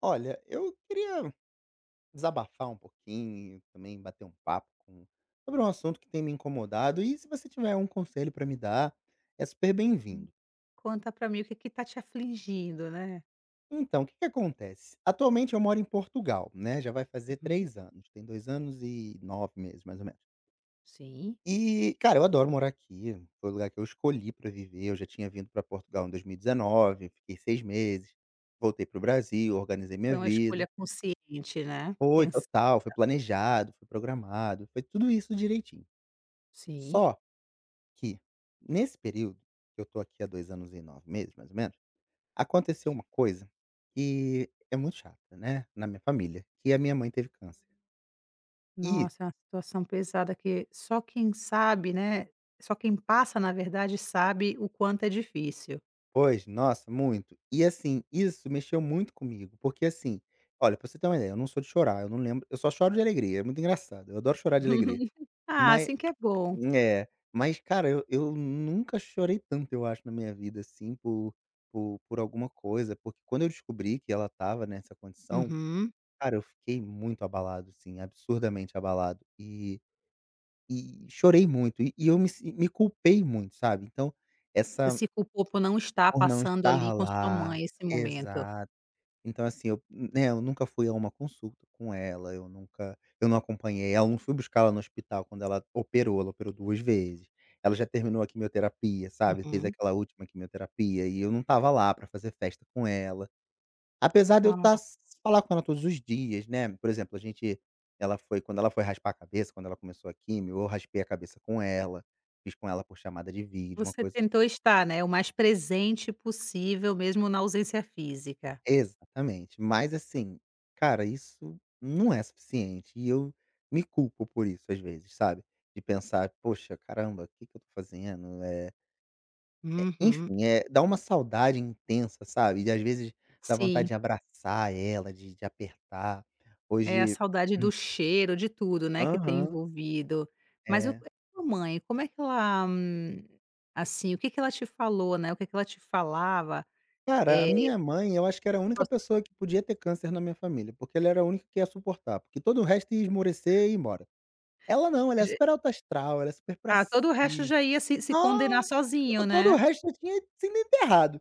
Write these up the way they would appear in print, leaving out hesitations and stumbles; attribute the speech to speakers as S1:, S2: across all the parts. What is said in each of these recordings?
S1: Olha, eu queria desabafar um pouquinho, também bater um papo com sobre um assunto que tem me incomodado e se você tiver um conselho para me dar, é super
S2: Hum.
S1: bem-vindo.
S2: Conta pra mim o que que tá te afligindo, né?
S1: Então, o que que acontece? Atualmente eu moro em Portugal, né, já vai fazer
S2: Uhum.
S1: 3 anos, tem 2 anos e 9 meses, mais ou menos.
S2: Sim.
S1: E, cara, eu adoro morar aqui, foi o lugar que eu escolhi para viver, eu já tinha vindo para Portugal em 2019, fiquei 6 meses, voltei para o Brasil, organizei minha
S2: Foi uma
S1: vida.
S2: escolha consciente, né?
S1: Foi,
S2: Pens
S1: total. Foi planejado, foi programado, foi tudo isso direitinho.
S2: Sim.
S1: Só que, nesse período, que eu tô aqui há 2 anos e 9 meses, mais ou menos, aconteceu uma coisa que é muito chata, né, na minha família, que a minha mãe teve câncer. E
S2: Nossa, é uma situação pesada que só quem sabe, né, só quem passa, na verdade, sabe o quanto é difícil.
S1: pois, nossa, muito. E assim, isso mexeu muito comigo, porque assim, olha, pra você ter uma ideia, eu não sou de chorar, eu não lembro eu só choro de alegria, é muito engraçado, eu adoro chorar de alegria,
S2: Ah,
S1: mas
S2: assim que é bom.
S1: É, mas cara, eu nunca chorei tanto, eu acho, na minha vida, assim, por por alguma coisa, porque quando eu descobri que ela estava nessa condição,
S2: Uhum.
S1: cara, eu fiquei muito abalado, assim, absurdamente abalado e chorei muito e eu me si me culpei muito, sabe. Então,
S2: Você
S1: essa
S2: se culpou por não estar
S1: por não
S2: passando
S1: estar
S2: ali com sua
S1: lá
S2: mãe esse momento.
S1: exato. Então assim, eu né, eu nunca fui a uma consulta com ela, eu nunca eu não acompanhei ela, não fui buscar ela no hospital quando ela operou 2 vezes. Ela já terminou a quimioterapia, sabe, fez
S2: Uhum.
S1: aquela última quimioterapia e eu não tava lá pra fazer festa com ela. Apesar de eu estar
S2: Ah,
S1: falar com ela todos os dias, né, por exemplo, a gente ela foi quando ela foi raspar a cabeça, quando ela começou a quimio eu raspei a cabeça com ela, fiz com ela por chamada de vídeo, uma
S2: você
S1: coisa
S2: tentou estar, né, o mais presente possível, mesmo na ausência física.
S1: Exatamente. Mas assim, cara, isso não é suficiente e eu me culpo por isso às vezes, sabe. De pensar: "Poxa, caramba, o que que eu tô fazendo?" é
S2: Uhum.
S1: enfim, é dá uma saudade intensa, sabe. E às vezes dá vontade
S2: Sim,
S1: de abraçar ela, de apertar.
S2: é a
S1: Hoje
S2: saudade do cheiro, de tudo, né, que tem
S1: aham,
S2: envolvido. Mas o
S1: é.
S2: a sua mãe, como é que ela, assim, o que que ela te falou, né, o que que ela te falava,
S1: Cara, a
S2: eh,
S1: minha mãe, eu acho que era a única pessoa que podia ter câncer na minha família, porque ela era a única que ia suportar, porque todo o resto ia esmorecer e ir embora. Ela não, ela é super alto astral, ela é super pra
S2: ah, todo o resto
S1: cima.
S2: já ia se condenar
S1: Ah,
S2: sozinho,
S1: todo o
S2: né.
S1: resto tinha sido enterrado.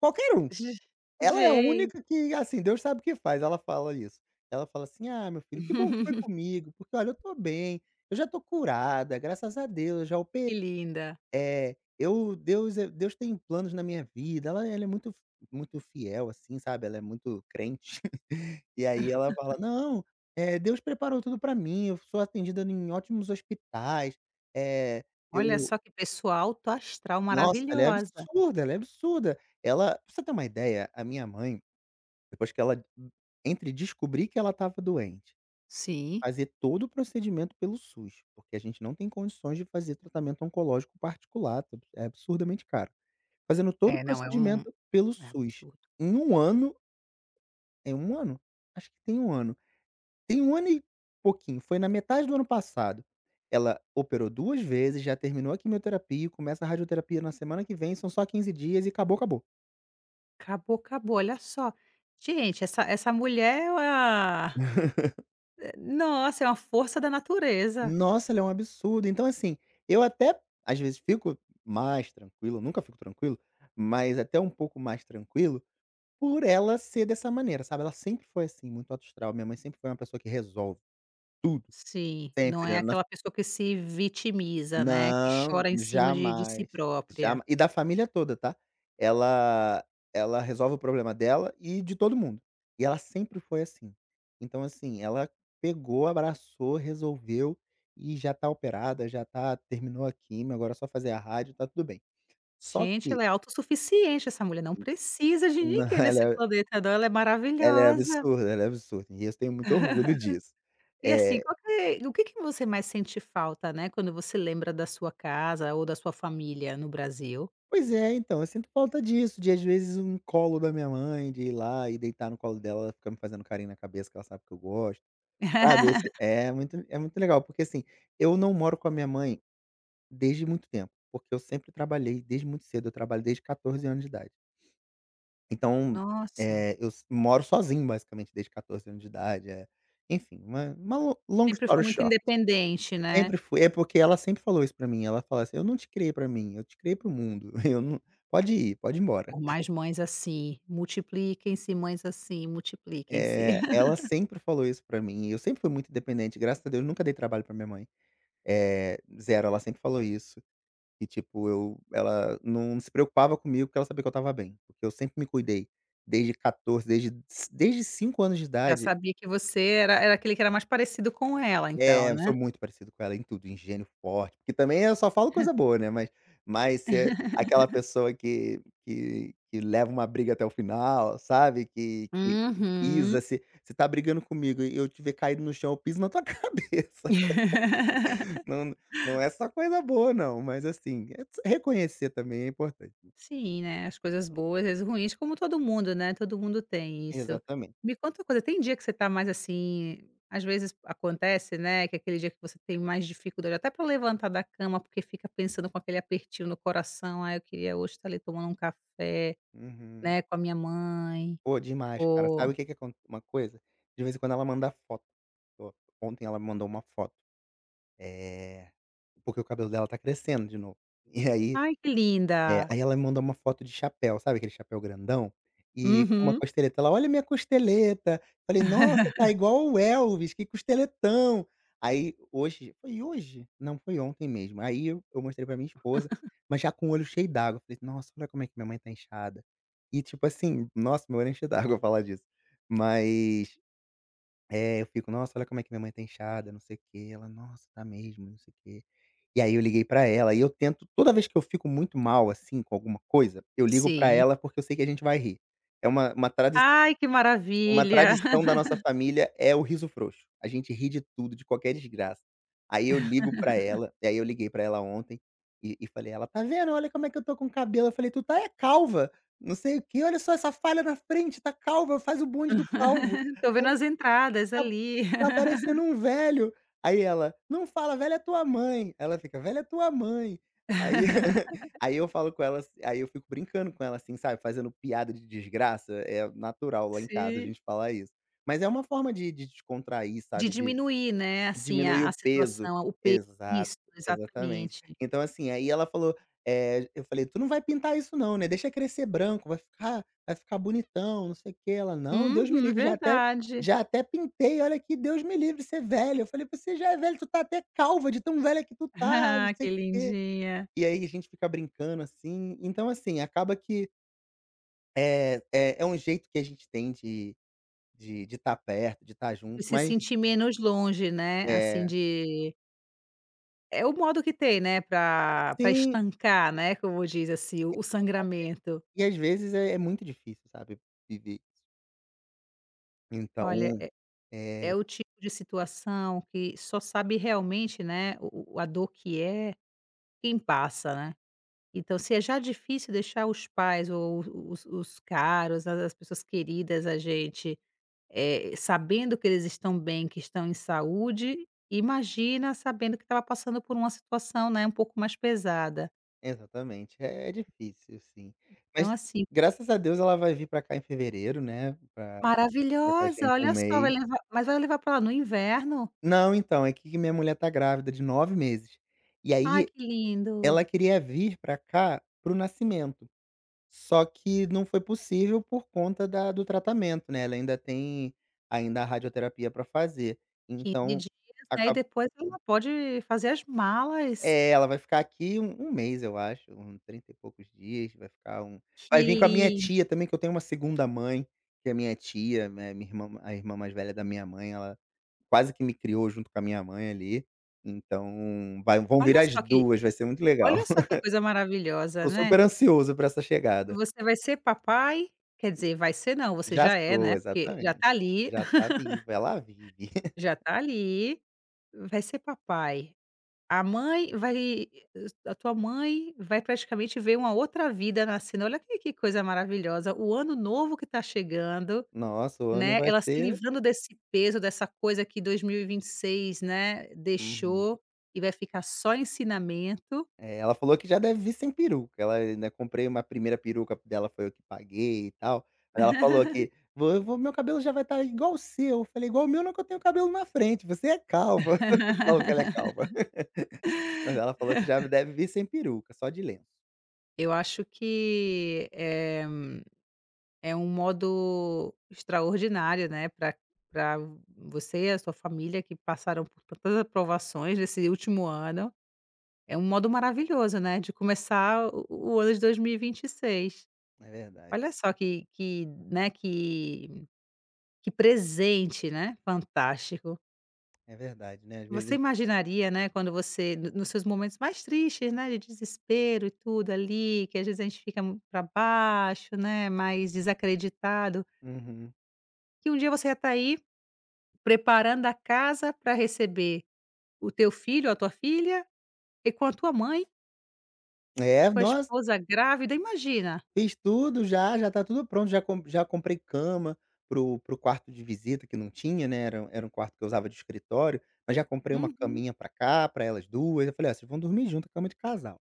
S1: Qualquer um.
S2: Ge
S1: Ela é a
S2: gente,
S1: única que, assim, Deus sabe o que faz, ela fala isso. Ela fala assim: "Ah, meu filho, que bom que foi comigo, porque olha, eu tô bem, eu já tô curada, graças a Deus, eu já operei".
S2: que linda.
S1: É, eu Deus é Deus tem planos na minha vida, ela é muito muito fiel, assim, sabe, ela é muito crente. E aí ela fala: "Não, Deus preparou tudo pra mim, eu sou atendida em ótimos hospitais, É,
S2: Olha
S1: eu".
S2: só que pessoa alto astral
S1: Nossa, ela é
S2: maravilhosa.
S1: absurda, ela é absurda. Ela pra você ter uma ideia, a minha mãe, depois que ela entre descobrir que ela estava doente,
S2: Sim.
S1: fazer todo o procedimento pelo SUS, porque a gente não tem condições de fazer tratamento oncológico particular, tá, é absurdamente caro. Fazendo todo o
S2: É, não, é um
S1: procedimento pelo
S2: é
S1: SUS.
S2: absurdo.
S1: Em um ano é um ano? Acho que tem um ano. Tem um ano e pouquinho, foi na metade do ano passado. Ela operou 2 vezes, já terminou a quimioterapia e começa a radioterapia na semana que vem, são só 15 dias e acabou, acabou.
S2: Acabou, acabou, olha só. Gente, essa mulher, ela... Eh, nossa, é uma força da natureza.
S1: Nossa, ela é um absurdo. Então assim, eu até às vezes fico mais tranquilo, nunca fico tranquilo, mas até um pouco mais tranquilo, por ela ser dessa maneira, sabe. Ela sempre foi assim, muito alto astral, minha mãe sempre foi uma pessoa que resolve tudo,
S2: Sim, não
S1: sempre.
S2: é aquela pessoa que se vitimiza, né, que
S1: Não,
S2: chora em cima de si
S1: jamais,
S2: própria.
S1: jama e da família toda, tá. Ela ela resolve o problema dela e de todo mundo. E ela sempre foi assim. Então, assim, ela pegou, abraçou, resolveu e já tá operada, já tá terminou a químio, agora é só fazer a rádio, tá tudo bem. Só
S2: Gente,
S1: que
S2: ela é autossuficiente, essa mulher não precisa de
S1: não,
S2: ninguém nesse planeta não, ela é maravilhosa.
S1: ela é absurda, e eu tenho muito orgulho disso.
S2: E assim,
S1: Eh
S2: qual que o que que você mais sente falta, né, quando você lembra da sua casa ou da sua família no Brasil?
S1: Pois é, então, eu sinto falta disso, de às vezes um colo da minha mãe, de ir lá e deitar no colo dela, ela ficar me fazendo carinho na cabeça, que ela sabe que eu gosto, sabe, esse é muito legal, porque assim, eu não moro com a minha mãe desde muito tempo, porque eu sempre trabalhei desde muito cedo, eu trabalho desde 14 anos de idade. Então,
S2: Nossa.
S1: eu s moro sozinho basicamente desde 14 anos de idade, enfim, uma lo long
S2: Sempre
S1: story
S2: foi muito
S1: short,
S2: independente, né.
S1: sempre fui é porque ela sempre falou isso pra mim, ela fala assim: "Eu não te criei pra mim, eu te criei para o mundo, eu não pode ir, pode ir embora".
S2: Por mais mães assim, multipliquem-se mães assim, multipliquem-se.
S1: Eh, ela sempre falou isso pra mim, e eu sempre fui muito independente, graças a Deus nunca dei trabalho pra minha mãe. Eh, zero, ela sempre falou isso, e tipo eu ela não se preocupava comigo porque ela sabia que eu estava bem, porque eu sempre me cuidei, desde 14 desde desde 5 anos de
S2: Já
S1: idade.
S2: sabia que você era aquele que era mais parecido com ela então,
S1: É, sou
S2: né?
S1: muito parecido com ela em tudo, em gênio forte, porque também eu só falo coisa boa, né, mas ser aquela pessoa que que leva uma briga até o final, sabe, que pisa,
S2: Uhum.
S1: se você tá brigando comigo e eu te ver caído no chão, eu piso na tua cabeça. Não não é só coisa boa não, mas assim, é s reconhecer também é importante.
S2: Sim, né, as coisas boas as ruins, como todo mundo, né, todo mundo tem isso.
S1: Exatamente.
S2: Me conta uma coisa, tem dia que você tá mais assim, às vezes acontece, né, que é aquele dia que você tem mais dificuldade até para levantar da cama, porque fica pensando com aquele apertinho no coração: "Ah, eu queria hoje estar ali tomando um café,
S1: Uhum.
S2: né, com a minha mãe",
S1: Pô, demais, cara.
S2: ou
S1: Sabe o que que acon uma coisa? De vez em quando ela manda foto. O ontem ela me mandou uma foto. Eh Porque o cabelo dela tá crescendo de novo. E aí
S2: "Ai, que
S1: é,
S2: linda".
S1: aí ela me mandou uma foto de chapéu, sabe aquele chapéu grandão? E com uma
S2: Uhum.
S1: costeleta. Ela: "Olha minha costeleta". Falei: "Nossa, tá igual o Elvis, que costeletão". Aí hoje foi hoje? Não, foi ontem mesmo. Aí eu mostrei pra minha esposa, mas já com o olho cheio d'água. Falei: "Nossa, olha como é que minha mãe tá inchada". E tipo assim, nossa, meu olho encheu d'água falar disso. Mas é, eu fico: "Nossa, olha como é que minha mãe tá inchada, não sei o quê". Ela: "Nossa, tá mesmo, não sei o quê". E aí eu liguei pra ela e eu tento toda vez que eu fico muito mal, assim, com alguma coisa, eu ligo pra
S2: Sim.
S1: ela, porque eu sei que a gente vai rir. É uma tradi
S2: Ai, que
S1: uma
S2: maravilha.
S1: tradição da nossa família é o riso frouxo. A gente ri de tudo, de qualquer desgraça. Aí eu ligo pra ela e aí eu liguei pra ela ontem e falei: "Ela: 'Tá vendo? Olha como é que eu tô com cabelo'". Eu falei: "Tu tá é calva, não sei o quê. Olha só essa falha na frente, tá calva, faz o bonde do calvo".
S2: Tô vendo as entradas
S1: Tá
S2: ali.
S1: tá parecendo um velho". Aí ela: "Não fala, velha é tua mãe". Ela fica: "Velha é tua mãe". Aí aí eu falo com ela assi aí eu fico brincando com ela, assim, sabe, fazendo piada de desgraça, é natural lá em casa a
S2: Sim.
S1: gente falar isso. Mas é uma forma de descontrair,
S2: De
S1: sabe, de
S2: diminuir, né, assim,
S1: diminuir
S2: a
S1: o peso.
S2: situação, o peso.
S1: Exato,
S2: Isso,
S1: exatamente.
S2: exatamente.
S1: Então, assim, aí ela falou, eu falei: "Tu não vai pintar isso não, né, deixa crescer branco, vai ficar bonitão, não sei o quê". Ela: "Não, Deus me
S2: Uhum,
S1: livre, já até
S2: verdade.
S1: já até pintei, olha aqui, Deus me livre, você é velho". Eu falei: "Você já é velho, tu tá até calva de tão velha que tu tá, não
S2: Ah,
S1: sei o
S2: que
S1: quê".
S2: lindinha.
S1: E aí a gente fica brincando, assim. Então, assim, acaba que, é um jeito que a gente tem de estar de estar perto, de estar
S2: De
S1: junto,
S2: se
S1: mas
S2: sentir menos longe, né, assim,
S1: é.
S2: de... é o modo que tem, né, para pra
S1: Sim.
S2: estancar, né, como diz, assim, o sangramento.
S1: E às vezes é é muito difícil, sabe, viver.
S2: Olha,
S1: Então
S2: é
S1: é,
S2: é o tipo de situação que só sabe realmente, né, o a dor que é quem passa, né. Então, se é já difícil deixar os pais ou os caros, as as pessoas queridas a gente, sabendo que eles estão bem, que estão em saúde, imagina sabendo que estava passando por uma situação, né, um pouco mais pesada.
S1: exatamente, é é difícil sim. Mas
S2: Então, assim,
S1: graças a Deus ela vai vir pra cá em fevereiro, né, pra ficar com a
S2: maravilhosa,
S1: gente um
S2: olha só, vai
S1: mês.
S2: levar, mas vai levar para lá no inverno?
S1: Não, então, é que minha mulher tá grávida de 9 meses. E
S2: Ai,
S1: aí
S2: que
S1: ela
S2: lindo.
S1: queria vir pra cá para o nascimento, só que não foi possível por conta da do tratamento, né, ela ainda tem ainda a radioterapia pra fazer.
S2: 15
S1: Então,
S2: dias, né, e depois ela pode fazer as malas.
S1: É, ela vai ficar aqui um um mês, eu acho, um 30 e poucos dias, vai ficar um vai
S2: Que
S1: vir com a minha
S2: lindo.
S1: tia também, que eu tenho uma segunda mãe, que é minha tia, né, minha irmã a irmã mais velha da minha mãe, ela quase que me criou junto com a minha mãe ali, então vai vão vir
S2: Olha
S1: as
S2: só que
S1: 2 vai ser muito legal.
S2: olha só que coisa maravilhosa,
S1: Tô
S2: né?
S1: super ansioso pra essa chegada.
S2: Você vai ser papai? Quer dizer, vai ser não, você
S1: Já
S2: já é,
S1: sou,
S2: né, porque já
S1: exatamente.
S2: tá ali,
S1: Já tá viva, ela vive.
S2: já tá ali, vai ser papai. A mãe vai a tua mãe vai praticamente ver uma outra vida nascendo, olha que coisa maravilhosa, o ano novo que tá chegando,
S1: Nossa, o ano
S2: né,
S1: vai
S2: ela se
S1: ser
S2: livrando desse peso, dessa coisa que 2026, né,
S1: uhum.
S2: deixou, e vai ficar só ensinamento.
S1: É, ela falou que já deve vir sem peruca, ela ainda comprei uma primeira peruca dela, foi eu que paguei e tal, mas ela falou que: "Vou vou meu cabelo já vai estar igual o seu", eu falei: "Igual o meu não que eu tenho cabelo na frente, você é calva", falou que ela é calva. Mas ela falou que já deve vir sem peruca, só de lenço.
S2: Eu acho que, é um modo extraordinário, né, para para você e a sua família que passaram por tantas aprovações nesse último ano. É um modo maravilhoso, né, de começar o ano de 2026.
S1: É verdade,
S2: Olha só que, né, que presente, né, fantástico.
S1: é verdade, né, às
S2: Você
S1: vezes
S2: imaginaria, né, quando você no nos seus momentos mais tristes, né, de desespero e tudo ali, que às vezes a gente fica para baixo, né, mais desacreditado,
S1: uhum.
S2: que um dia você ia estar aí preparando a casa para receber o teu filho ou a tua filha, e com a tua mãe,
S1: É,
S2: com a
S1: nossa
S2: esposa grávida, imagina.
S1: fiz tudo já, já tá tudo pronto, já com já comprei cama para o para o quarto de visita que não tinha, né, era era um quarto que eu usava de escritório, mas já comprei uma
S2: Uhum.
S1: caminha pra cá, pra elas 2 eu falei: "Ó, vocês vão dormir junto, cama de casal".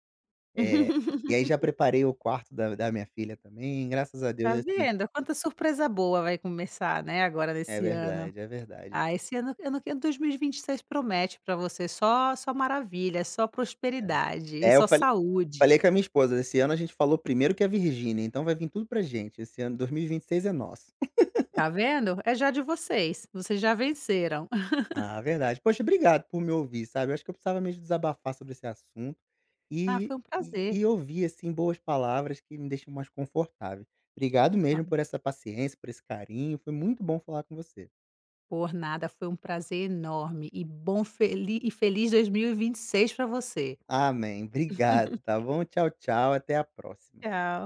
S1: É, e aí já preparei o quarto da da minha filha também, graças a
S2: Tá
S1: Deus, assim
S2: vendo? Quanta surpresa boa vai começar, né, agora
S1: é
S2: nesse ano.
S1: verdade, é verdade.
S2: Ah, esse ano que 2026 promete para você só só maravilha, só prosperidade e
S1: É, é, eu
S2: só
S1: falei
S2: saúde.
S1: falei com a minha esposa, esse ano a gente falou primeiro que a Virgínia, então vai vir tudo pra gente, esse ano 2026 é nosso.
S2: Tá vendo? É já de vocês, vocês já venceram.
S1: Ah, verdade. Poxa, obrigado por me ouvir, sabe. Eu acho que eu precisava mesmo desabafar sobre esse assunto
S2: Ah,
S1: e
S2: foi um
S1: e
S2: prazer.
S1: e ouvir, assim, boas palavras que me deixam mais confortável. Obrigado mesmo por essa paciência, por esse carinho, foi muito bom falar com você.
S2: Por nada, foi um prazer enorme e bom feli e feliz 2026 para você.
S1: Amém. Obrigado, tá bom? Tchau, tchau, até a próxima.
S2: Tchau.